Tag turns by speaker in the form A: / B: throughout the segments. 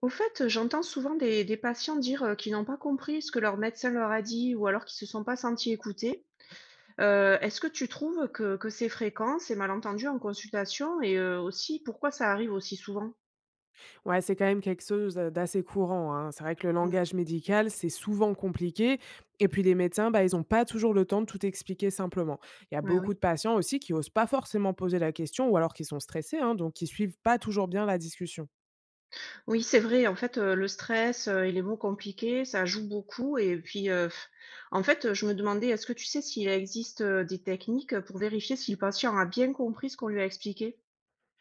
A: Au fait, j'entends souvent des patients dire, qu'ils n'ont pas compris ce que leur médecin leur a dit ou alors qu'ils se sont pas sentis écoutés. Est-ce que tu trouves que c'est fréquent, ces malentendus en consultation et aussi pourquoi ça arrive aussi souvent?
B: Ouais, c'est quand même quelque chose, d'assez courant, hein. C'est vrai que le
A: Mmh.
B: langage médical, c'est souvent compliqué et puis les médecins, bah, ils ont pas toujours le temps de tout expliquer simplement. Il y a
A: Ouais,
B: beaucoup
A: oui.
B: de patients aussi qui osent pas forcément poser la question ou alors qui sont stressés, hein, donc qui suivent pas toujours bien la discussion.
A: Oui, c'est vrai, en fait, le stress, et les mots compliqués, ça joue beaucoup et puis, en fait, je me demandais, est-ce que tu sais s'il existe, des techniques, pour vérifier si le patient a bien compris ce qu'on lui a expliqué?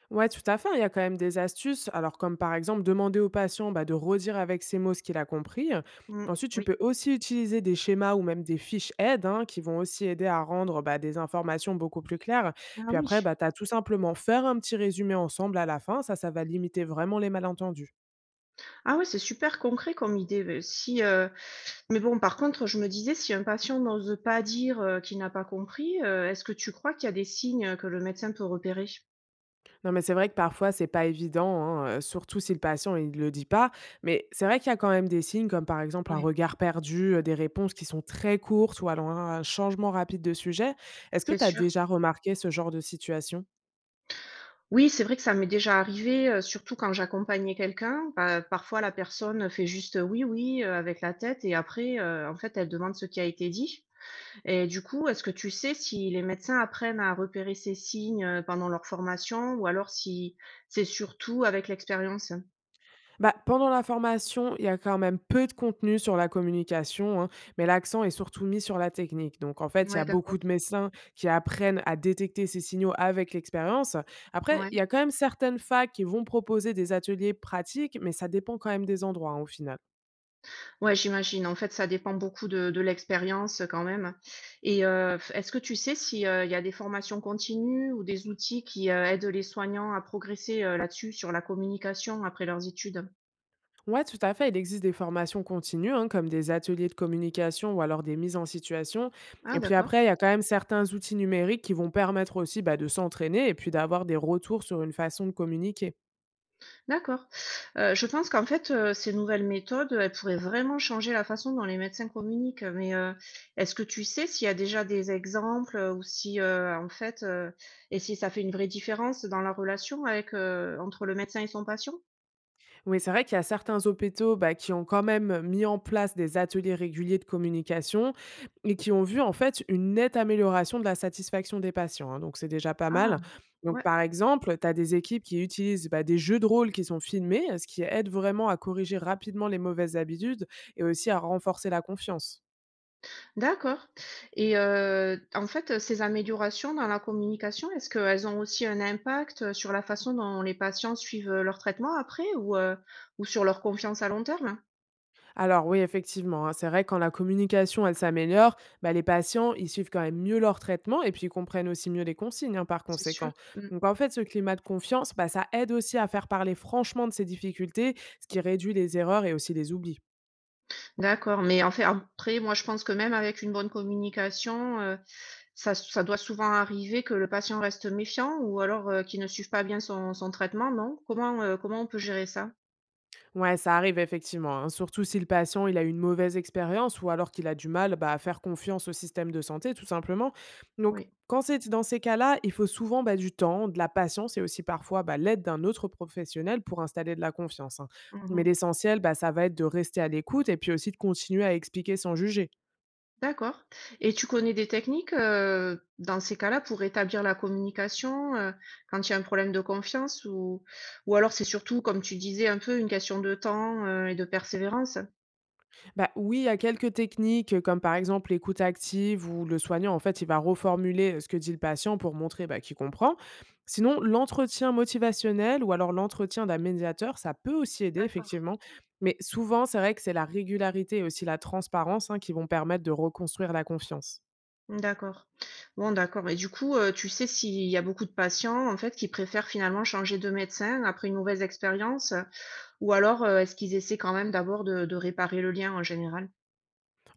B: Ouais, tout à fait, hein, il y a quand même des astuces. Alors, comme par exemple, demander au patient, bah, de redire avec ses mots ce qu'il a compris.
A: Mmh,
B: Ensuite, tu
A: oui.
B: peux aussi utiliser des schémas ou même des fiches aides, hein, qui vont aussi aider à rendre, bah, des informations beaucoup plus claires.
A: Ah
B: Puis
A: oui.
B: après, bah, tu as tout simplement faire un petit résumé ensemble à la fin. Ça va limiter vraiment les malentendus.
A: Ah ouais, c'est super concret comme idée, beh, si, mais bon, par contre, je me disais, si un patient n'ose pas dire, qu'il n'a pas compris, est-ce que tu crois qu'il y a des signes, que le médecin peut repérer?
B: Non, mais c'est vrai que parfois, c'est pas évident, hein, surtout si le patient, il le dit pas. Mais c'est vrai qu'il y a quand même des signes comme, par exemple, un
A: Oui,
B: regard perdu, des réponses qui sont très courtes ou alors un changement rapide de sujet. Est-ce que
A: c'est
B: tu as
A: sûr.
B: déjà remarqué ce genre de situation?
A: Oui, c'est vrai que ça m'est déjà arrivé, surtout quand j'accompagnais quelqu'un. Bah, parfois la personne fait juste, «oui, oui», avec la tête et après, en fait, elle demande ce qui a été dit et du coup, est-ce que tu sais si les médecins apprennent à repérer ces signes, pendant leur formation ou alors si c'est surtout avec l'expérience?
B: Bah, pendant la formation, il y a quand même peu de contenu sur la communication, hein, mais l'accent est surtout mis sur la technique. Donc, en fait, il y
A: Ouais,
B: a
A: d'accord.
B: beaucoup de médecins qui apprennent à détecter ces signaux avec l'expérience. Après,
A: Ouais.
B: il y a quand même certaines facs qui vont proposer des ateliers pratiques, mais ça dépend quand même des endroits, hein, au final.
A: Ouais, j'imagine. En fait, ça dépend beaucoup de l'expérience, quand même et f est-ce que tu sais s'il y a des formations continues ou des outils qui, aident les soignants à progresser, là-dessus, sur la communication après leurs études?
B: Ouais, tout à fait. Il existe des formations continues, hein, comme des ateliers de communication ou alors des mises en situation.
A: Ah
B: Et puis
A: d'accord,
B: après, il y a quand même certains outils numériques qui vont permettre aussi, bah, de s'entraîner et puis d'avoir des retours sur une façon de communiquer.
A: d'accord. Je pense qu'en fait, ces nouvelles méthodes, elles pourraient vraiment changer la façon dont les médecins communiquent, mais, est-ce que tu sais s'il y a déjà des exemples, ou si, en fait, et si ça fait une vraie différence dans la relation avec, entre le médecin et son patient?
B: Oui, c'est vrai qu'il y a certains hôpitaux, bah, qui ont quand même mis en place des ateliers réguliers de communication et qui ont vu en fait une nette amélioration de la satisfaction des patients, hein, donc c'est déjà pas
A: Ah,
B: mal. Donc
A: ouais.
B: par exemple, tu as des équipes qui utilisent, bah, des jeux de rôle qui sont filmés, ce qui aide vraiment à corriger rapidement les mauvaises habitudes et aussi à renforcer la confiance.
A: D'accord et en fait, ces améliorations dans la communication, est-ce qu'elles ont aussi un impact, sur la façon dont les patients suivent, leur traitement après ou sur leur confiance à long terme?
B: Alors oui, effectivement, hein, c'est vrai, quand la communication, elle s'améliore, bah, les patients, ils suivent quand même mieux leur traitement et puis ils comprennent aussi mieux les consignes, hein, par
A: C'est sûr?
B: conséquent.
A: Mmh.
B: Donc en fait, ce climat de confiance, bah, ça aide aussi à faire parler franchement de ces difficultés, ce qui réduit les erreurs et aussi les oublis.
A: D'accord, mais en fait, après, moi, je pense que même avec une bonne communication, ça doit souvent arriver que le patient reste méfiant ou alors, qu'il ne suive pas bien son traitement, non? Comment, comment on peut gérer ça?
B: Ouais, ça arrive effectivement, hein, surtout si le patient il a une mauvaise expérience ou alors qu'il a du mal, bah, à faire confiance au système de santé, tout simplement. Donc,
A: Oui.
B: quand c'est dans ces cas-là, il faut souvent, bah, du temps, de la patience et aussi parfois, bah, l'aide d'un autre professionnel pour installer de la confiance, hein. Mais
A: Mmh.
B: l'essentiel, bah, ça va être de rester à l'écoute et puis aussi de continuer à expliquer sans juger.
A: D'accord et tu connais des techniques, dans ces cas-là pour rétablir la communication, quand il y a un problème de confiance ou alors c'est surtout comme tu disais un peu une question de temps, et de persévérance?
B: Bah, oui, il y a quelques techniques, comme par exemple l'écoute active où le soignant, en fait, il va reformuler, ce que dit le patient pour montrer, bah, qu'il comprend. Sinon, l'entretien motivationnel ou alors l'entretien d'un médiateur, ça peut aussi aider
A: D'accord.
B: effectivement. Mais souvent, c'est vrai que c'est la régularité et aussi la transparence, hein, qui vont permettre de reconstruire la confiance.
A: D'accord. Bon d'accord et du coup, tu sais s'il y a beaucoup de patients en fait qui préfèrent finalement changer de médecin après une mauvaise expérience, ou alors, est-ce qu'ils essaient quand même d'abord de réparer le lien en général?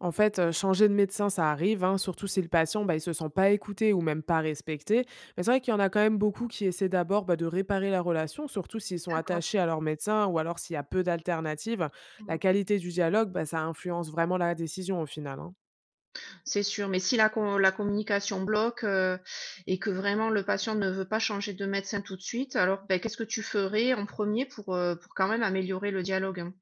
B: En fait, changer de médecin, ça arrive, hein, surtout si le patient, bah, il se sent pas écouté ou même pas respecté. Mais c'est vrai qu'il y en a quand même beaucoup qui essaient d'abord, bah, de réparer la relation, surtout s'ils sont
A: D'accord.
B: attachés à leur médecin ou alors s'il y a peu d'alternatives. La
A: Mmh.
B: qualité du dialogue, bah, ça influence vraiment la décision au final, hein.
A: C'est sûr, mais si la communication bloque, et que vraiment le patient ne veut pas changer de médecin tout de suite, alors, beh, qu'est-ce que tu ferais en premier pour quand même améliorer le dialogue, hein?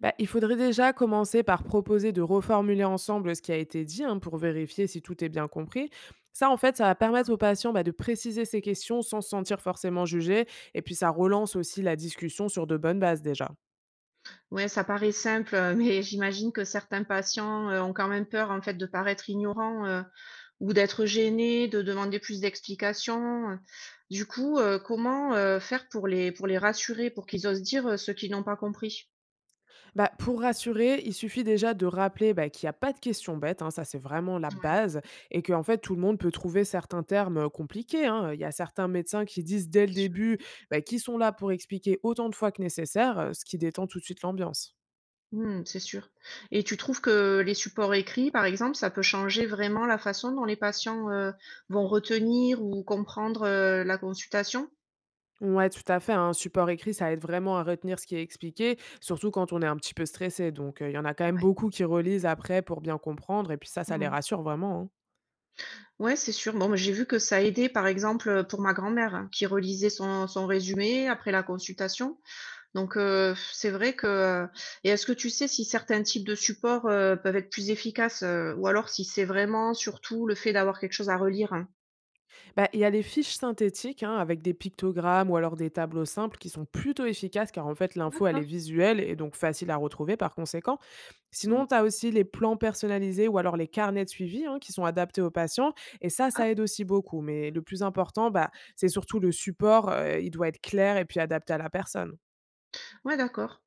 B: Bah, il faudrait déjà commencer par proposer de reformuler ensemble ce qui a été dit, hein, pour vérifier si tout est bien compris. Ça, en fait, ça va permettre
A: D'accord.
B: aux patients, bah, de préciser ses questions sans se sentir forcément jugé. Et puis, ça relance aussi la discussion sur de bonnes bases déjà.
A: Ouais, ça paraît simple, mais j'imagine que certains patients, ont quand même peur, en fait, de paraître ignorants, ou d'être gênés, de demander plus d'explications, Du coup, comment, faire pour les rassurer, pour qu'ils osent dire, ce qu'ils n'ont pas compris?
B: Bah, pour rassurer, il suffit déjà de rappeler, bah, qu'il n'y a pas de questions bêtes, hein, ça c'est vraiment la
A: Ouais,
B: base, et que en fait tout le monde peut trouver certains termes compliqués, hein. Il y a certains médecins qui disent dès
A: c'est
B: le
A: sûr.
B: début, bah, qu'ils sont là pour expliquer autant de fois que nécessaire, ce qui détend tout de suite l'ambiance.
A: Mmh, c'est sûr et tu trouves que les supports écrits, par exemple, ça peut changer vraiment la façon dont les patients, vont retenir ou comprendre, la consultation?
B: Ouais, tout à fait, hein. Un support écrit, ça aide vraiment à retenir ce qui est expliqué, surtout quand on est un petit peu stressé. Donc, il y en a quand même
A: Ouais.
B: beaucoup qui relisent après pour bien comprendre et puis ça les
A: Mmh.
B: rassure vraiment, hein.
A: Ouais, c'est sûr. Bon, bah, j'ai vu que ça aidait, par exemple, pour ma grand-mère, hein, qui relisait son résumé après la consultation donc c'est vrai que et est-ce que tu sais si certains types de supports, peuvent être plus efficaces, ou alors si c'est vraiment surtout le fait d'avoir quelque chose à relire? Hein?
B: Bah, il y a les fiches synthétiques, hein, avec des pictogrammes ou alors des tableaux simples qui sont plutôt efficaces car en fait l'info elle est
A: D'accord.
B: visuelle et donc facile à retrouver par conséquent.
A: Mmh.
B: Sinon, tu as aussi les plans personnalisés ou alors les carnets de suivi, hein, qui sont adaptés aux patients et ça,
A: Ah
B: ça aide aussi beaucoup. Mais le plus important, bah, c'est surtout le support, il doit être clair et puis adapté à la personne.
A: ouais, d'accord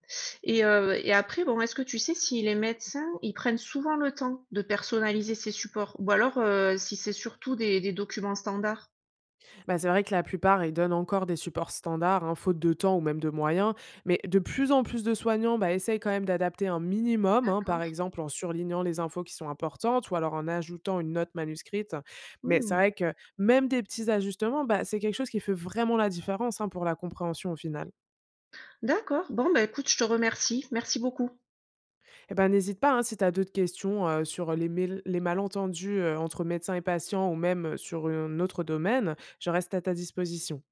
A: et après, bon, est-ce que tu sais si les médecins, ils prennent souvent le temps de personnaliser ces supports? Ou alors, si c'est surtout des documents standards?
B: Bah, c'est vrai que la plupart, ils donnent encore des supports standards, hein, faute de temps ou même de moyens. Mais de plus en plus de soignants, bah, essayent quand même d'adapter un minimum, hein,
A: D'accord.
B: par exemple en surlignant les infos qui sont importantes ou alors en ajoutant une note manuscrite. Mais c'est
A: Mmh.
B: vrai que même des petits ajustements, bah, c'est quelque chose qui fait vraiment la différence, hein, pour la compréhension au final.
A: D'accord. Bon, bah, écoute, je te remercie. Merci beaucoup.
B: Et ben, n'hésite pas, hein, si tu as d'autres questions sur les, les malentendus entre médecins et patients ou même sur un autre domaine, je reste à ta disposition.